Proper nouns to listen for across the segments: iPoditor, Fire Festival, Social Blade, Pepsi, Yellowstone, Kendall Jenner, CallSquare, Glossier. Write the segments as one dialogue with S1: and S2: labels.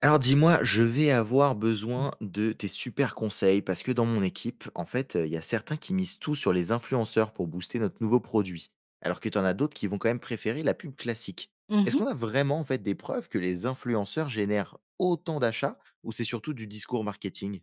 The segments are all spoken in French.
S1: Alors dis-moi, je vais avoir besoin de tes super conseils parce que dans mon équipe, en fait, il y a certains qui misent tout sur les influenceurs pour booster notre nouveau produit, alors que tu en as d'autres qui vont quand même préférer la pub classique. Est-ce qu'on
S2: Mmh.
S1: a vraiment en fait des preuves que les influenceurs génèrent autant d'achats ou c'est surtout du discours marketing?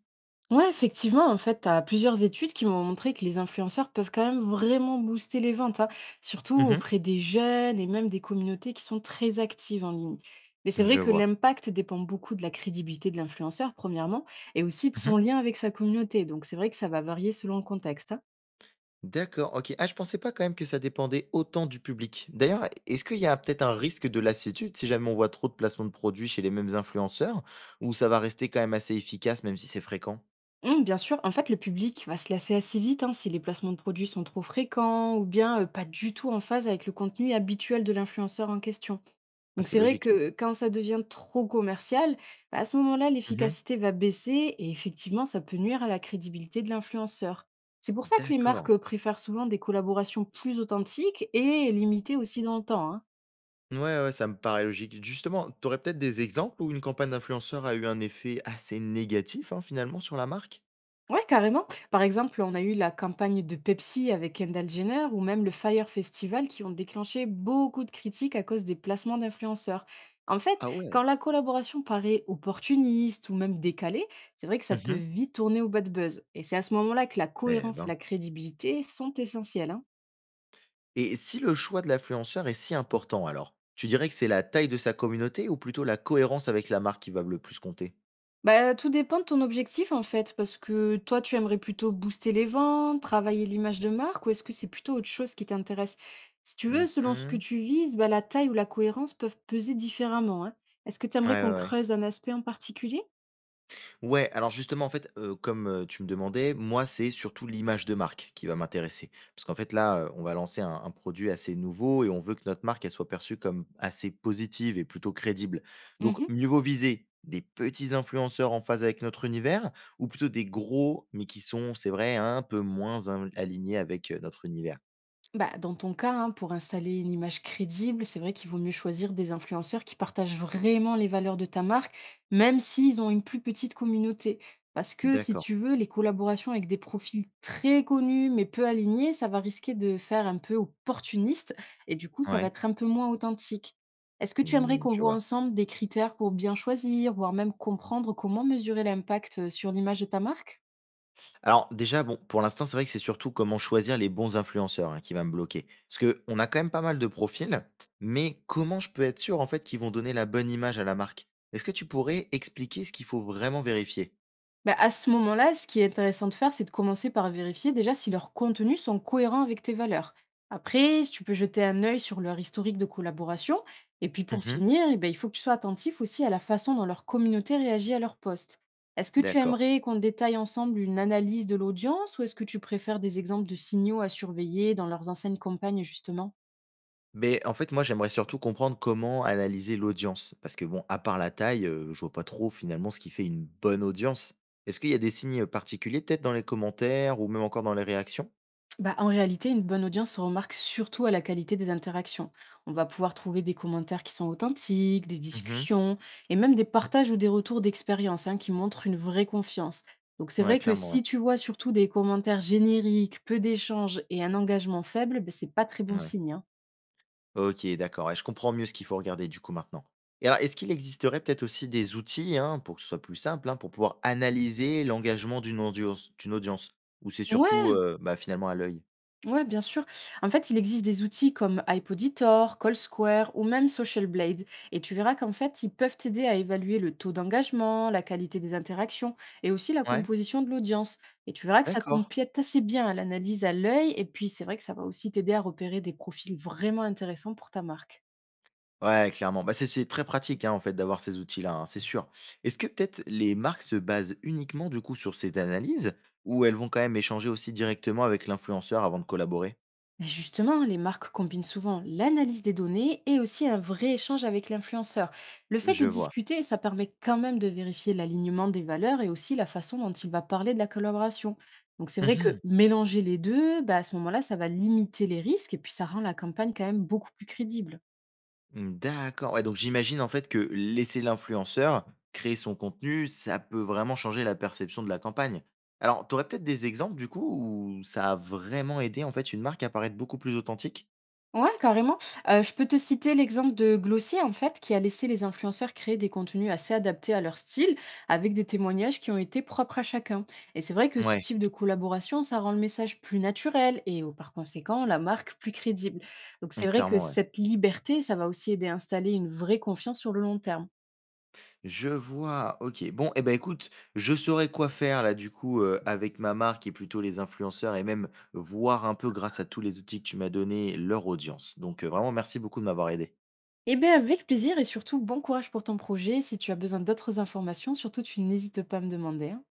S2: Ouais, effectivement, en fait, tu as plusieurs études qui m'ont montré que les influenceurs peuvent quand même vraiment booster les ventes, hein, surtout
S1: Mhm.
S2: auprès des jeunes et même des communautés qui sont très actives en ligne. Mais c'est
S1: Je
S2: vrai que
S1: vois.
S2: l'impact dépend beaucoup de la crédibilité de l'influenceur, premièrement, et aussi de son lien avec sa communauté. Donc, c'est vrai que ça va varier selon le contexte, hein.
S1: D'accord, OK. Ah, je pensais pas quand même que ça dépendait autant du public. D'ailleurs, est-ce qu'il y a peut-être un risque de lassitude si jamais on voit trop de placements de produits chez les mêmes influenceurs ou ça va rester quand même assez efficace même si c'est fréquent?
S2: Mmh, bien sûr, en fait, le public va se lasser assez vite hein, si les placements de produits sont trop fréquents ou bien pas du tout en phase avec le contenu habituel de l'influenceur en question.
S1: Ah,
S2: Donc
S1: c'est
S2: c'est vrai
S1: logique.
S2: que quand ça devient trop commercial, bah, à ce moment-là,
S1: Mmh.
S2: l'efficacité va baisser et effectivement, ça peut nuire à la crédibilité de l'influenceur. C'est pour ça que les
S1: D'accord.
S2: marques préfèrent souvent des collaborations plus authentiques et limitées aussi dans le temps, hein.
S1: Ouais, ouais, ouais, ça me paraît logique. Justement, tu aurais peut-être des exemples où une campagne d'influenceur a eu un effet assez négatif, hein, finalement, sur la marque?
S2: Ouais, carrément. Par exemple, on a eu la campagne de Pepsi avec Kendall Jenner ou même le Fire Festival qui ont déclenché beaucoup de critiques à cause des placements d'influenceurs. En fait,
S1: Ah
S2: quand
S1: ouais.
S2: la collaboration paraît opportuniste ou même décalée, c'est vrai que ça peut
S1: Mmh.
S2: vite tourner au bad buzz. Et c'est à ce moment-là que la
S1: Eh
S2: cohérence et
S1: ben.
S2: la crédibilité sont essentielles, hein.
S1: Et si le choix de l'influenceur est si important alors, tu dirais que c'est la taille de sa communauté ou plutôt la cohérence avec la marque qui va le plus compter?
S2: Bah, tout dépend de ton objectif en fait, parce que toi, tu aimerais plutôt booster les ventes, travailler l'image de marque, ou est-ce que c'est plutôt autre chose qui t'intéresse? Si tu veux, selon ce que
S1: Mmh.
S2: tu vises, bah, la taille ou la cohérence peuvent peser différemment, hein. Est-ce que tu aimerais
S1: Ouais, ouais,
S2: qu'on
S1: ouais.
S2: creuse un aspect en particulier?
S1: Ouais, alors justement, en fait, comme, tu me demandais, moi, c'est surtout l'image de marque qui va m'intéresser. Parce qu'en fait, là, on va lancer un produit assez nouveau et on veut que notre marque, elle soit perçue comme assez positive et plutôt crédible. Donc mieux vaut viser des petits influenceurs en phase avec notre univers ou plutôt des gros mais qui sont, c'est vrai, un peu moins in alignés avec, notre univers?
S2: Bah, dans ton cas, hein, pour installer une image crédible, c'est vrai qu'il vaut mieux choisir des influenceurs qui partagent vraiment les valeurs de ta marque, même s'ils ont une plus petite communauté. Parce que si
S1: D'accord,
S2: tu veux, les collaborations avec des profils très connus mais peu alignés, ça va risquer de faire un peu opportuniste et du coup, ça va
S1: ouais,
S2: être un peu moins authentique. Est-ce que tu aimerais
S1: mmh,
S2: qu'on
S1: je
S2: voit
S1: vois.
S2: ensemble des critères pour bien choisir, voire même comprendre comment mesurer l'impact sur l'image de ta marque?
S1: Alors déjà, bon, pour l'instant, c'est vrai que c'est surtout comment choisir les bons influenceurs, hein, qui va me bloquer. Parce que on a quand même pas mal de profils, mais comment je peux être sûr, en fait, qu'ils vont donner la bonne image à la marque? Est-ce que tu pourrais expliquer ce qu'il faut vraiment vérifier?
S2: Bah, à ce moment-là, ce qui est intéressant de faire, c'est de commencer par vérifier déjà si leurs contenus sont cohérents avec tes valeurs. Après, tu peux jeter un œil sur leur historique de collaboration. Et puis pour
S1: Mmh.
S2: finir, eh ben, il faut que tu sois attentif aussi à la façon dont leur communauté réagit à leur poste. Est-ce que tu
S1: D'accord.
S2: aimerais qu'on détaille ensemble une analyse de l'audience ou est-ce que tu préfères des exemples de signaux à surveiller dans leurs anciennes campagnes justement?
S1: Mais en fait, moi, j'aimerais surtout comprendre comment analyser l'audience. Parce que bon, à part la taille, je vois pas trop finalement ce qui fait une bonne audience. Est-ce qu'il y a des signes particuliers peut-être dans les commentaires ou même encore dans les réactions?
S2: Bah, en réalité, une bonne audience se remarque surtout à la qualité des interactions. On va pouvoir trouver des commentaires qui sont authentiques, des
S1: Mmh.
S2: discussions, et même des partages ou des retours d'expérience hein, qui montrent une vraie confiance. Donc c'est
S1: Ouais,
S2: vrai que
S1: clairement, ouais.
S2: si tu vois surtout des commentaires génériques, peu d'échanges et un engagement faible, ben c'est pas très bon
S1: Ouais.
S2: signe, hein.
S1: OK, d'accord, et je comprends mieux ce qu'il faut regarder du coup maintenant. Et alors, est-ce qu'il existerait peut-être aussi des outils, hein, pour que ce soit plus simple, hein, pour pouvoir analyser l'engagement d'une audience? Ou c'est surtout, bah, finalement à l'œil?
S2: Ouais, bien sûr. En fait, il existe des outils comme iPoditor, CallSquare ou même Social Blade. Et tu verras qu'en fait, ils peuvent t'aider à évaluer le taux d'engagement, la qualité des interactions et aussi la
S1: Ouais,
S2: composition de l'audience. Et tu verras que ça
S1: d'accord.
S2: complète assez bien l'analyse à l'œil. Et puis, c'est vrai que ça va aussi t'aider à repérer des profils vraiment intéressants pour ta marque.
S1: Ouais, clairement. Bah, c'est très pratique, hein, en fait, d'avoir ces outils-là, hein, c'est sûr. Est-ce que peut-être les marques se basent uniquement du coup sur cette analyse? Ou elles vont quand même échanger aussi directement avec l'influenceur avant de collaborer?
S2: Mais justement, les marques combinent souvent l'analyse des données et aussi un vrai échange avec l'influenceur. Le fait
S1: Je
S2: de
S1: vois.
S2: discuter, ça permet quand même de vérifier l'alignement des valeurs et aussi la façon dont il va parler de la collaboration. Donc c'est vrai
S1: Mmh.
S2: que mélanger les deux, bah, à ce moment-là, ça va limiter les risques et puis ça rend la campagne quand même beaucoup plus crédible.
S1: Mmh, d'accord. Ouais, donc j'imagine en fait que laisser l'influenceur créer son contenu, ça peut vraiment changer la perception de la campagne. Alors, tu aurais peut-être des exemples du coup où ça a vraiment aidé en fait une marque à paraître beaucoup plus authentique?
S2: Ouais, carrément. Je peux te citer l'exemple de Glossier, en fait, qui a laissé les influenceurs créer des contenus assez adaptés à leur style, avec des témoignages qui ont été propres à chacun. Et c'est vrai que ce
S1: Ouais,
S2: type de collaboration, ça rend le message plus naturel et au par conséquent, la marque plus crédible. Donc
S1: mmh,
S2: c'est vrai que
S1: clairement, ouais.
S2: cette liberté, ça va aussi aider à installer une vraie confiance sur le long terme.
S1: Je vois, OK. Bon, eh ben écoute, je saurais quoi faire là du coup, avec ma marque et plutôt les influenceurs et même voir un peu grâce à tous les outils que tu m'as donnés, leur audience. Donc, vraiment merci beaucoup de m'avoir aidé.
S2: Eh beh, avec plaisir et surtout bon courage pour ton projet. Si tu as besoin d'autres informations, surtout tu n'hésites pas à me demander, hein.